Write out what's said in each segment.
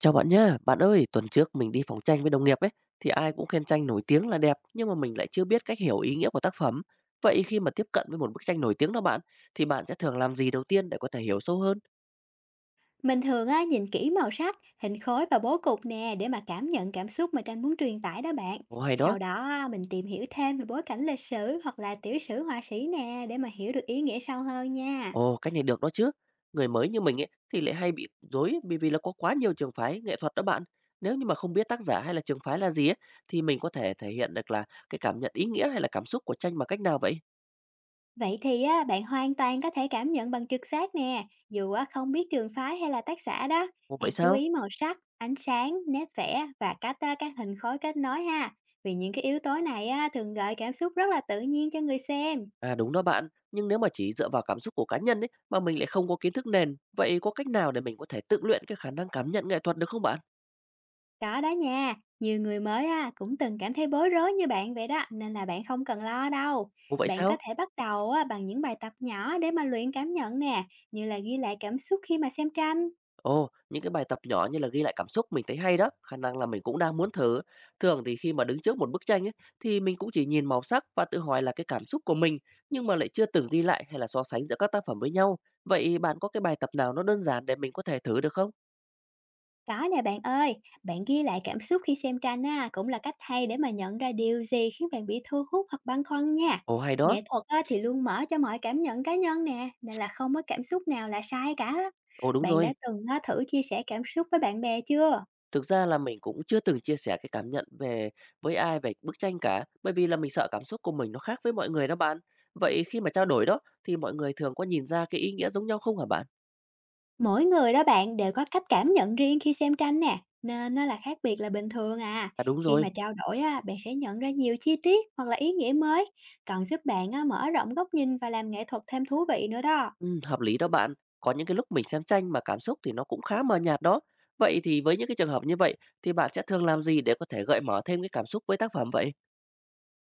Chào bạn nhá, bạn ơi, tuần trước mình đi phòng tranh với đồng nghiệp ấy, thì ai cũng khen tranh nổi tiếng là đẹp, nhưng mà mình lại chưa biết cách hiểu ý nghĩa của tác phẩm. Vậy khi mà tiếp cận với một bức tranh nổi tiếng đó bạn, thì bạn sẽ thường làm gì đầu tiên để có thể hiểu sâu hơn? Mình thường á, nhìn kỹ màu sắc, hình khối và bố cục nè để mà cảm nhận cảm xúc mà tranh muốn truyền tải đó bạn. Ồ hay đó, Sau đó á, mình tìm hiểu thêm về bối cảnh lịch sử hoặc là tiểu sử họa sĩ nè để mà hiểu được ý nghĩa sâu hơn nha. ồ cách này được đó chứ. Người mới như mình ấy thì lại hay bị rối bởi vì là có quá nhiều trường phái nghệ thuật đó bạn. Nếu như mà không biết tác giả hay là trường phái là gì ấy, thì mình có thể thể hiện được là cái cảm nhận ý nghĩa hay là cảm xúc của tranh bằng cách nào vậy? Vậy thì á, bạn hoàn toàn có thể cảm nhận bằng trực giác nè, dù á, không biết trường phái hay là tác giả đó. Ồ vậy Hãy chú sao? ý màu sắc, ánh sáng, nét vẽ và cách á, các hình khối kết nối ha. Vì những cái yếu tố này á, thường gợi cảm xúc rất là tự nhiên cho người xem. À đúng đó bạn, nhưng nếu mà chỉ dựa vào cảm xúc của cá nhân ấy mà mình lại không có kiến thức nền, vậy có cách nào để mình có thể tự luyện cái khả năng cảm nhận nghệ thuật được không bạn? Có đó nha, nhiều người mới á, cũng từng cảm thấy bối rối như bạn vậy đó, nên là bạn không cần lo đâu. Ồ vậy Bạn có sao? thể bắt đầu á, bằng những bài tập nhỏ để mà luyện cảm nhận nè, như là ghi lại cảm xúc khi mà xem tranh. Ồ, những cái bài tập nhỏ như là ghi lại cảm xúc mình thấy hay đó, khả năng là mình cũng đang muốn thử. Thường thì khi mà đứng trước một bức tranh ấy thì mình cũng chỉ nhìn màu sắc và tự hỏi là cái cảm xúc của mình, nhưng mà lại chưa từng ghi lại hay là so sánh giữa các tác phẩm với nhau. Vậy bạn có cái bài tập nào nó đơn giản để mình có thể thử được không? Có nè bạn ơi, bạn ghi lại cảm xúc khi xem tranh á, cũng là cách hay để mà nhận ra điều gì khiến bạn bị thu hút hoặc băn khoăn nha. Ồ hay đó. Nghệ thuật á, thì luôn mở cho mọi cảm nhận cá nhân nè, nên là không có cảm xúc nào là sai cả. Ồ đúng Bạn đã rồi. từng á, thử chia sẻ cảm xúc với bạn bè chưa? Thực ra là mình cũng chưa từng chia sẻ cái cảm nhận về với ai về bức tranh cả, bởi vì là mình sợ cảm xúc của mình nó khác với mọi người đó bạn. Vậy khi mà trao đổi đó thì mọi người thường có nhìn ra cái ý nghĩa giống nhau không hả bạn? Mỗi người đó bạn đều có cách cảm nhận riêng khi xem tranh nè, nên nó là khác biệt là bình thường à. À đúng Khi mà rồi, trao đổi á, bạn sẽ nhận ra nhiều chi tiết hoặc là ý nghĩa mới, còn giúp bạn á, mở rộng góc nhìn và làm nghệ thuật thêm thú vị nữa đó. ừ, hợp lý đó bạn. Có những cái lúc mình xem tranh mà cảm xúc thì nó cũng khá mờ nhạt đó. Vậy thì với những cái trường hợp như vậy thì bạn sẽ thường làm gì để có thể gợi mở thêm cái cảm xúc với tác phẩm vậy?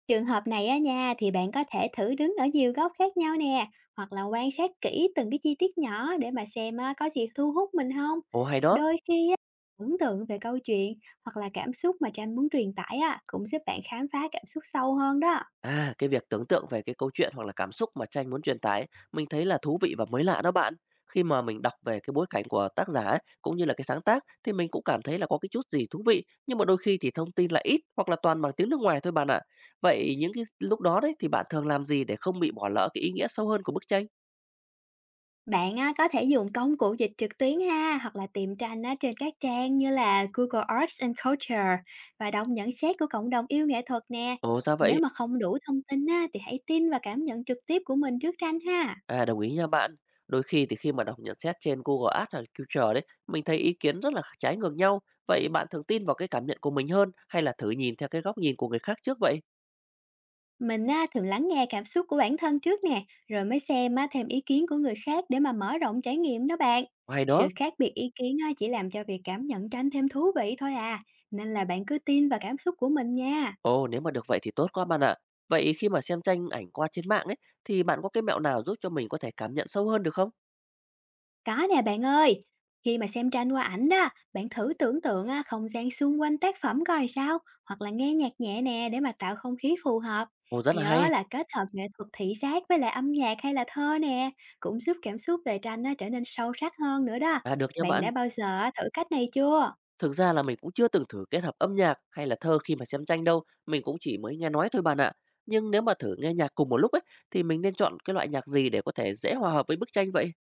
Trường hợp này á nha thì bạn có thể thử đứng ở nhiều góc khác nhau nè, hoặc là quan sát kỹ từng cái chi tiết nhỏ để mà xem á, có gì thu hút mình không. Ồ hay đó. Đôi khi tưởng tượng về câu chuyện hoặc là cảm xúc mà tranh muốn truyền tải á, cũng giúp bạn khám phá cảm xúc sâu hơn đó. À, cái việc tưởng tượng về cái câu chuyện hoặc là cảm xúc mà tranh muốn truyền tải, mình thấy là thú vị và mới lạ đó bạn. Khi mà mình đọc về cái bối cảnh của tác giả ấy, cũng như là cái sáng tác thì mình cũng cảm thấy là có cái chút gì thú vị, nhưng mà đôi khi thì thông tin lại ít hoặc là toàn bằng tiếng nước ngoài thôi bạn ạ. Vậy những cái lúc đó đấy thì bạn thường làm gì để không bị bỏ lỡ cái ý nghĩa sâu hơn của bức tranh? Bạn á, có thể dùng công cụ dịch trực tuyến ha, hoặc là tìm tranh á, trên các trang như là Google Arts and Culture và đọc nhận xét của cộng đồng yêu nghệ thuật nè. Ồ ra Nếu vậy. mà không đủ thông tin á, thì hãy tin và cảm nhận trực tiếp của mình trước tranh ha. À đồng ý nha bạn. Đôi khi thì khi mà đọc nhận xét trên Google Ads hoặc Culture đấy, mình thấy ý kiến rất là trái ngược nhau. Vậy bạn thường tin vào cái cảm nhận của mình hơn hay là thử nhìn theo cái góc nhìn của người khác trước vậy? Mình á, thường lắng nghe cảm xúc của bản thân trước nè, rồi mới xem á, thêm ý kiến của người khác để mà mở rộng trải nghiệm đó bạn. Hay Sự đó. khác biệt ý kiến á, chỉ làm cho việc cảm nhận tranh thêm thú vị thôi à, nên là bạn cứ tin vào cảm xúc của mình nha. Ồ, nếu mà được vậy thì tốt quá bạn ạ. Vậy khi mà xem tranh ảnh qua trên mạng ấy thì bạn có cái mẹo nào giúp cho mình có thể cảm nhận sâu hơn được không? Có nè bạn ơi, khi mà xem tranh qua ảnh đó, bạn thử tưởng tượng à, không gian xung quanh tác phẩm coi sao, hoặc là nghe nhạc nhẹ nè để mà tạo không khí phù hợp. Ồ, rất là Nhớ hay. là kết hợp nghệ thuật thị giác với lại âm nhạc hay là thơ nè, cũng giúp cảm xúc về tranh nó trở nên sâu sắc hơn nữa đó. À được nha Bạn bạn. đã bao giờ à, thử cách này chưa? Thực ra là mình cũng chưa từng thử kết hợp âm nhạc hay là thơ khi mà xem tranh đâu, mình cũng chỉ mới nghe nói thôi bạn ạ. Nhưng nếu mà thử nghe nhạc cùng một lúc ấy thì mình nên chọn cái loại nhạc gì để có thể dễ hòa hợp với bức tranh vậy?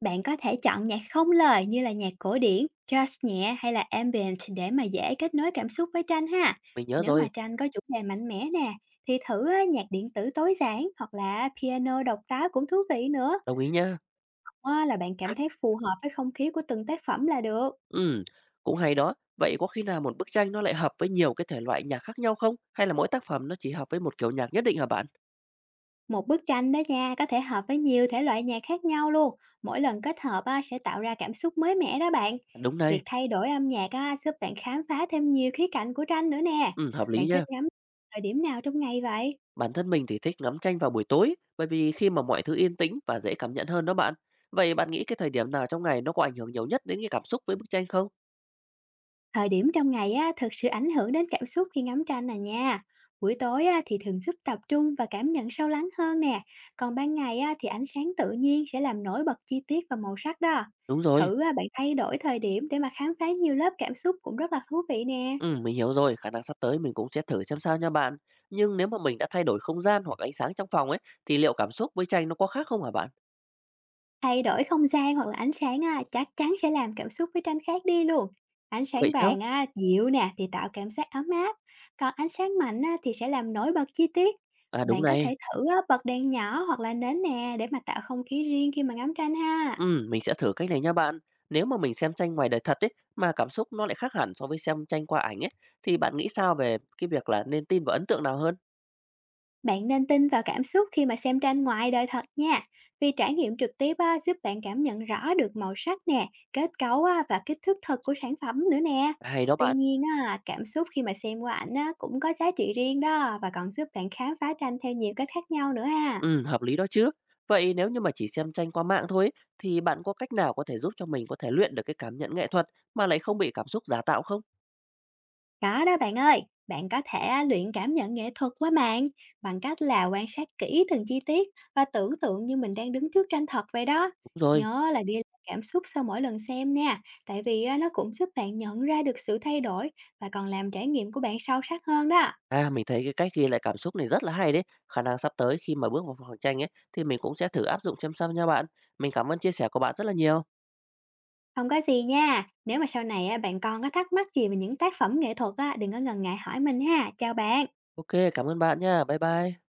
Bạn có thể chọn nhạc không lời như là nhạc cổ điển, jazz nhẹ hay là ambient để mà dễ kết nối cảm xúc với tranh ha. Mình nhớ Nếu mà rồi, tranh có chủ đề mạnh mẽ nè, thì thử á, nhạc điện tử tối giản hoặc là piano độc đáo cũng thú vị nữa. đồng ý nha. Hoặc là bạn cảm thấy phù hợp với không khí của từng tác phẩm là được. Ừ, cũng hay đó. Vậy có khi nào một bức tranh nó lại hợp với nhiều cái thể loại nhạc khác nhau không? Hay là mỗi tác phẩm nó chỉ hợp với một kiểu nhạc nhất định hả bạn? Một bức tranh đó nha, có thể hợp với nhiều thể loại nhạc khác nhau luôn. Mỗi lần kết hợp á, sẽ tạo ra cảm xúc mới mẻ đó bạn. Đúng đây. Việc thay đổi âm nhạc á, giúp bạn khám phá thêm nhiều khía cạnh của tranh nữa nè. Hợp Bạn lý thích nha. ngắm thời điểm nào trong ngày vậy? Bản thân mình thì thích ngắm tranh vào buổi tối, bởi vì khi mà mọi thứ yên tĩnh và dễ cảm nhận hơn đó bạn. Vậy bạn nghĩ cái thời điểm nào trong ngày nó có ảnh hưởng nhiều nhất đến cái cảm xúc với bức tranh không? Thời điểm trong ngày á, thực sự ảnh hưởng đến cảm xúc khi ngắm tranh nè nha. Buổi tối á, thì thường giúp tập trung và cảm nhận sâu lắng hơn nè. Còn ban ngày á, thì ánh sáng tự nhiên sẽ làm nổi bật chi tiết và màu sắc đó. Đúng rồi. Thử á, bạn thay đổi thời điểm để mà khám phá nhiều lớp cảm xúc cũng rất là thú vị nè. Ừ, mình hiểu rồi, khả năng sắp tới mình cũng sẽ thử xem sao nha bạn. Nhưng nếu mà mình đã thay đổi không gian hoặc ánh sáng trong phòng ấy, thì liệu cảm xúc với tranh nó có khác không hả bạn? Thay đổi không gian hoặc là ánh sáng á, chắc chắn sẽ làm cảm xúc với tranh khác đi luôn. Ánh sáng Vậy sao? vàng á, dịu nè thì tạo cảm giác ấm áp, còn ánh sáng mạnh á, thì sẽ làm nổi bật chi tiết. À đúng Bạn có thể này, thử á, bật đèn nhỏ hoặc là nến nè để mà tạo không khí riêng khi mà ngắm tranh ha. ừ, mình sẽ thử cách này nha bạn. Nếu mà mình xem tranh ngoài đời thật ấy, mà cảm xúc nó lại khác hẳn so với xem tranh qua ảnh ấy, thì bạn nghĩ sao về cái việc là nên tin vào ấn tượng nào hơn? Bạn nên tin vào cảm xúc khi mà xem tranh ngoài đời thật nha, vì trải nghiệm trực tiếp á, giúp bạn cảm nhận rõ được màu sắc nè, kết cấu á, và kích thước thật của sản phẩm nữa nè. Hay đó Tuy bạn. nhiên, á, cảm xúc khi mà xem qua ảnh á, cũng có giá trị riêng đó và còn giúp bạn khám phá tranh theo nhiều cách khác nhau nữa ha. Hợp lý đó chứ. Vậy nếu như mà chỉ xem tranh qua mạng thôi ấy, thì bạn có cách nào có thể giúp cho mình có thể luyện được cái cảm nhận nghệ thuật mà lại không bị cảm xúc giả tạo không? Có đó bạn ơi, bạn có thể à, luyện cảm nhận nghệ thuật qua mạng bằng cách là quan sát kỹ từng chi tiết và tưởng tượng như mình đang đứng trước tranh thật vậy đó. Đúng rồi. Nhớ là ghi lại cảm xúc sau mỗi lần xem nha, tại vì à, nó cũng giúp bạn nhận ra được sự thay đổi và còn làm trải nghiệm của bạn sâu sắc hơn đó. À, mình thấy cái cách ghi lại cảm xúc này rất là hay đấy. Khả năng sắp tới khi mà bước vào phòng tranh ấy thì mình cũng sẽ thử áp dụng xem sao nha bạn. Mình cảm ơn chia sẻ của bạn rất là nhiều. Không có gì nha, nếu mà sau này à, bạn còn có thắc mắc gì về những tác phẩm nghệ thuật á, đừng có ngần ngại hỏi mình ha. Chào bạn. Ok, cảm ơn bạn nha. Bye bye.